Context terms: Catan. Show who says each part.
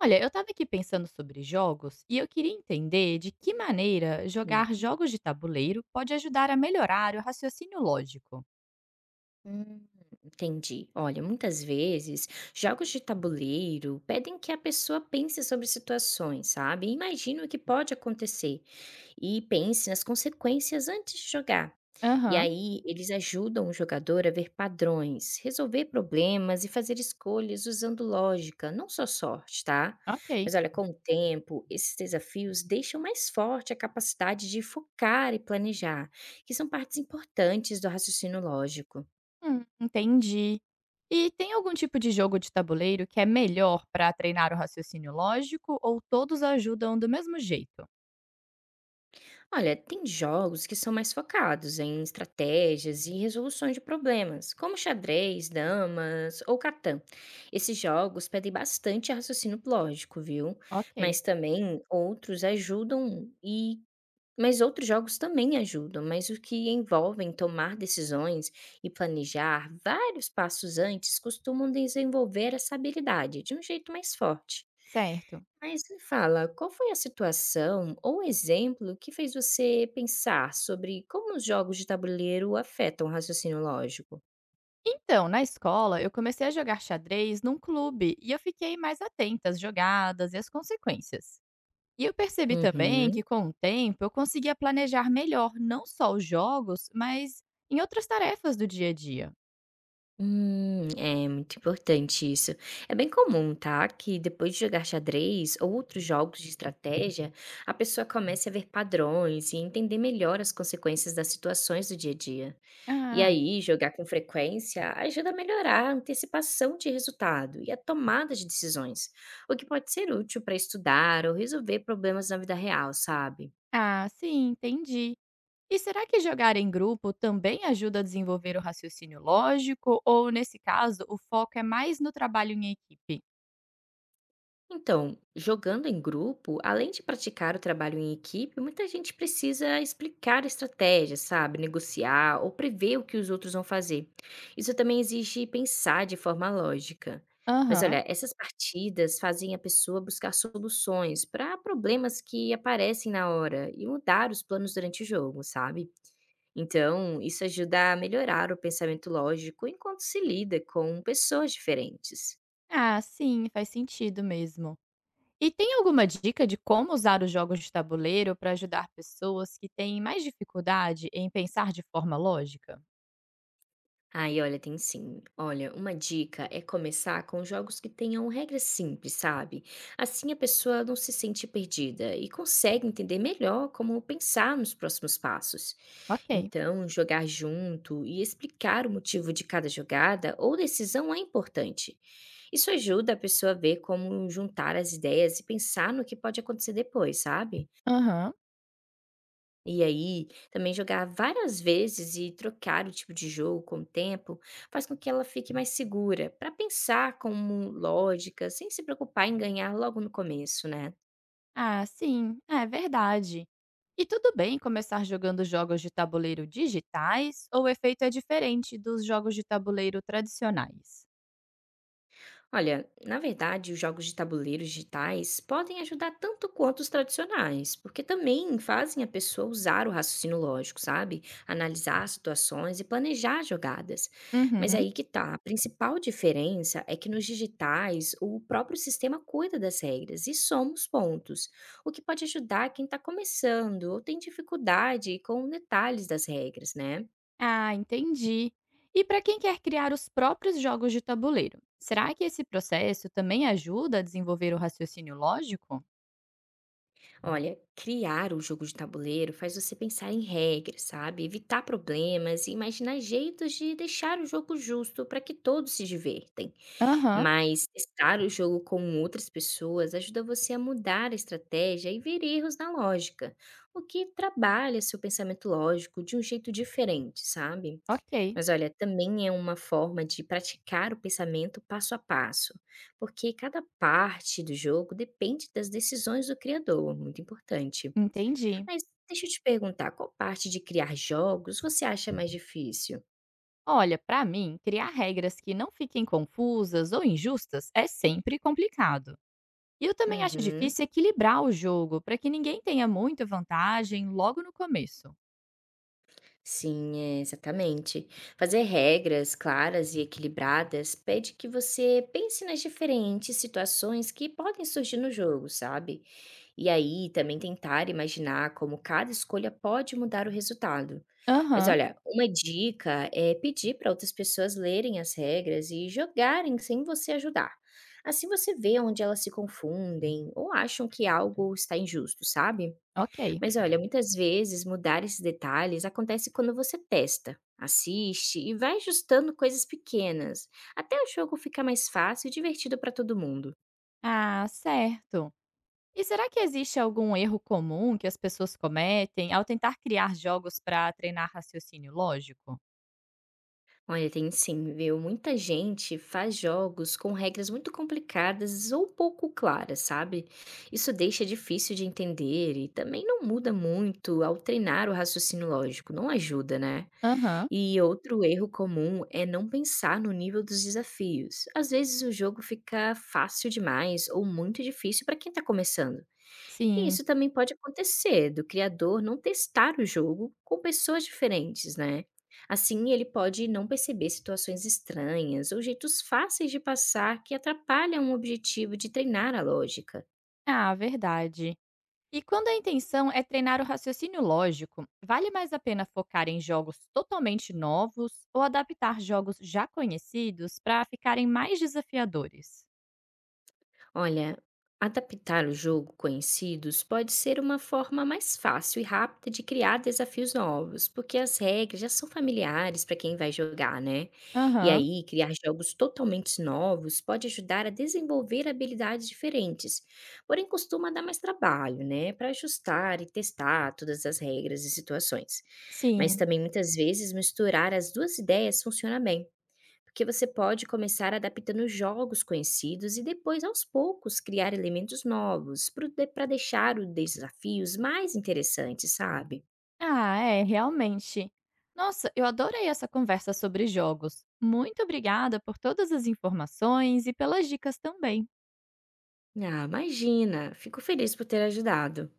Speaker 1: Olha, eu estava aqui pensando sobre jogos e eu queria entender de que maneira
Speaker 2: Hum,
Speaker 1: jogar jogos de tabuleiro pode ajudar a melhorar o raciocínio lógico.
Speaker 2: Hum, entendi. Olha, muitas vezes jogos de tabuleiro pedem que a pessoa pense sobre situações, sabe? E imagine o que pode acontecer e pense nas consequências antes de jogar. E
Speaker 1: Aham,
Speaker 2: aí, eles ajudam o jogador a ver padrões, resolver problemas e fazer escolhas usando lógica, não só sorte, tá?
Speaker 1: ok.
Speaker 2: Mas olha, com o tempo, esses desafios deixam mais forte a capacidade de focar e planejar, que são partes importantes do raciocínio lógico.
Speaker 1: Entendi. E tem algum tipo de jogo de tabuleiro que é melhor para treinar o raciocínio lógico ou todos ajudam do mesmo jeito?
Speaker 2: Olha, tem jogos que são mais focados em estratégias e resoluções de problemas, como xadrez, damas ou Catan. Esses jogos pedem bastante raciocínio lógico, viu? Mas
Speaker 1: Ok,
Speaker 2: também outros ajudam e mas outros jogos também ajudam, mas o que envolvem tomar decisões e planejar vários passos antes costumam desenvolver essa habilidade de um jeito mais forte.
Speaker 1: certo.
Speaker 2: Mas me fala, qual foi a situação ou exemplo que fez você pensar sobre como os jogos de tabuleiro afetam o raciocínio lógico?
Speaker 1: Então, na escola, eu comecei a jogar xadrez num clube e eu fiquei mais atenta às jogadas e às consequências. E eu percebi também
Speaker 2: Uhum.
Speaker 1: que, com o tempo, eu conseguia planejar melhor não só os jogos, mas em outras tarefas do dia a dia.
Speaker 2: É muito importante isso. É bem comum, tá? Que depois de jogar xadrez ou outros jogos de estratégia, a pessoa comece a ver padrões e entender melhor as consequências das situações do dia a dia. E
Speaker 1: Ah,
Speaker 2: aí, jogar com frequência ajuda a melhorar a antecipação de resultado e a tomada de decisões, o que pode ser útil para estudar ou resolver problemas na vida real, sabe?
Speaker 1: ah, sim, entendi. E será que jogar em grupo também ajuda a desenvolver o raciocínio lógico? Ou, nesse caso, o foco é mais no trabalho em equipe?
Speaker 2: Então, jogando em grupo, além de praticar o trabalho em equipe, muita gente precisa explicar estratégias, sabe? Negociar ou prever o que os outros vão fazer. Isso também exige pensar de forma lógica. Mas
Speaker 1: Aham.
Speaker 2: olha, essas partidas fazem a pessoa buscar soluções para problemas que aparecem na hora e mudar os planos durante o jogo, sabe? Então, isso ajuda a melhorar o pensamento lógico enquanto se lida com pessoas diferentes.
Speaker 1: Ah, sim, faz sentido mesmo. E tem alguma dica de como usar os jogos de tabuleiro para ajudar pessoas que têm mais dificuldade em pensar de forma lógica?
Speaker 2: Ai, olha, tem sim. Olha, uma dica é começar com jogos que tenham regras simples, sabe? Assim a pessoa não se sente perdida e consegue entender melhor como pensar nos próximos passos.
Speaker 1: Ok.
Speaker 2: Então, jogar junto e explicar o motivo de cada jogada ou decisão é importante. Isso ajuda a pessoa a ver como juntar as ideias e pensar no que pode acontecer depois, sabe?
Speaker 1: Aham.
Speaker 2: E aí, também jogar várias vezes e trocar o tipo de jogo com o tempo faz com que ela fique mais segura, para pensar como lógica, sem se preocupar em ganhar logo no começo, né?
Speaker 1: Ah, sim, é verdade. E tudo bem começar jogando jogos de tabuleiro digitais ou o efeito é diferente dos jogos de tabuleiro tradicionais?
Speaker 2: Olha, na verdade, os jogos de tabuleiros digitais podem ajudar tanto quanto os tradicionais, porque também fazem a pessoa usar o raciocínio lógico, sabe? Analisar situações e planejar jogadas. Mas
Speaker 1: Uhum.
Speaker 2: aí que tá, a principal diferença é que nos digitais o próprio sistema cuida das regras e soma os pontos, o que pode ajudar quem está começando ou tem dificuldade com detalhes das regras, né?
Speaker 1: Ah, entendi. E para quem quer criar os próprios jogos de tabuleiro, será que esse processo também ajuda a desenvolver o raciocínio lógico?
Speaker 2: Olha, criar um jogo de tabuleiro faz você pensar em regras, sabe? Evitar problemas e imaginar jeitos de deixar o jogo justo para que todos se divertem.
Speaker 1: Aham,
Speaker 2: Mas testar o jogo com outras pessoas ajuda você a mudar a estratégia e ver erros na lógica, o que trabalha seu pensamento lógico de um jeito diferente, sabe?
Speaker 1: ok,
Speaker 2: Mas olha, também é uma forma de praticar o pensamento passo a passo, porque cada parte do jogo depende das decisões do criador, muito importante.
Speaker 1: entendi.
Speaker 2: Mas deixa eu te perguntar, qual parte de criar jogos você acha mais difícil?
Speaker 1: Olha, para mim, criar regras que não fiquem confusas ou injustas é sempre complicado. E eu também acho
Speaker 2: Uhum.
Speaker 1: difícil equilibrar o jogo para que ninguém tenha muita vantagem logo no começo.
Speaker 2: Sim, é, exatamente. Fazer regras claras e equilibradas pede que você pense nas diferentes situações que podem surgir no jogo, sabe? E aí também tentar imaginar como cada escolha pode mudar o resultado. Mas
Speaker 1: Aham,
Speaker 2: olha, uma dica é pedir para outras pessoas lerem as regras e jogarem sem você ajudar. Assim você vê onde elas se confundem ou acham que algo está injusto, sabe?
Speaker 1: ok.
Speaker 2: Mas olha, muitas vezes mudar esses detalhes acontece quando você testa, assiste e vai ajustando coisas pequenas, até o jogo ficar mais fácil e divertido para todo mundo.
Speaker 1: Ah, certo. E será que existe algum erro comum que as pessoas cometem ao tentar criar jogos para treinar raciocínio lógico?
Speaker 2: Olha, tem sim, viu? Muita gente faz jogos com regras muito complicadas ou pouco claras, sabe? Isso deixa difícil de entender e também não muda muito ao treinar o raciocínio lógico, não ajuda, né?
Speaker 1: Aham.
Speaker 2: E outro erro comum é não pensar no nível dos desafios. Às vezes o jogo fica fácil demais ou muito difícil para quem está começando. E
Speaker 1: Sim.
Speaker 2: isso também pode acontecer do criador não testar o jogo com pessoas diferentes, né? Assim, ele pode não perceber situações estranhas ou jeitos fáceis de passar que atrapalham o objetivo de treinar a lógica.
Speaker 1: Ah, verdade. E quando a intenção é treinar o raciocínio lógico, vale mais a pena focar em jogos totalmente novos ou adaptar jogos já conhecidos para ficarem mais desafiadores?
Speaker 2: Olha, adaptar o jogo conhecidos pode ser uma forma mais fácil e rápida de criar desafios novos, porque as regras já são familiares para quem vai jogar, né? E
Speaker 1: Aham.
Speaker 2: aí, criar jogos totalmente novos pode ajudar a desenvolver habilidades diferentes, porém costuma dar mais trabalho, né? Para ajustar e testar todas as regras e situações. Mas
Speaker 1: Sim.
Speaker 2: também muitas vezes misturar as duas ideias funciona bem porque você pode começar adaptando jogos conhecidos e depois, aos poucos, criar elementos novos para deixar os desafios mais interessantes, sabe?
Speaker 1: Ah, é, realmente. Nossa, eu adorei essa conversa sobre jogos. Muito obrigada por todas as informações e pelas dicas também.
Speaker 2: Ah, imagina! Fico feliz por ter ajudado.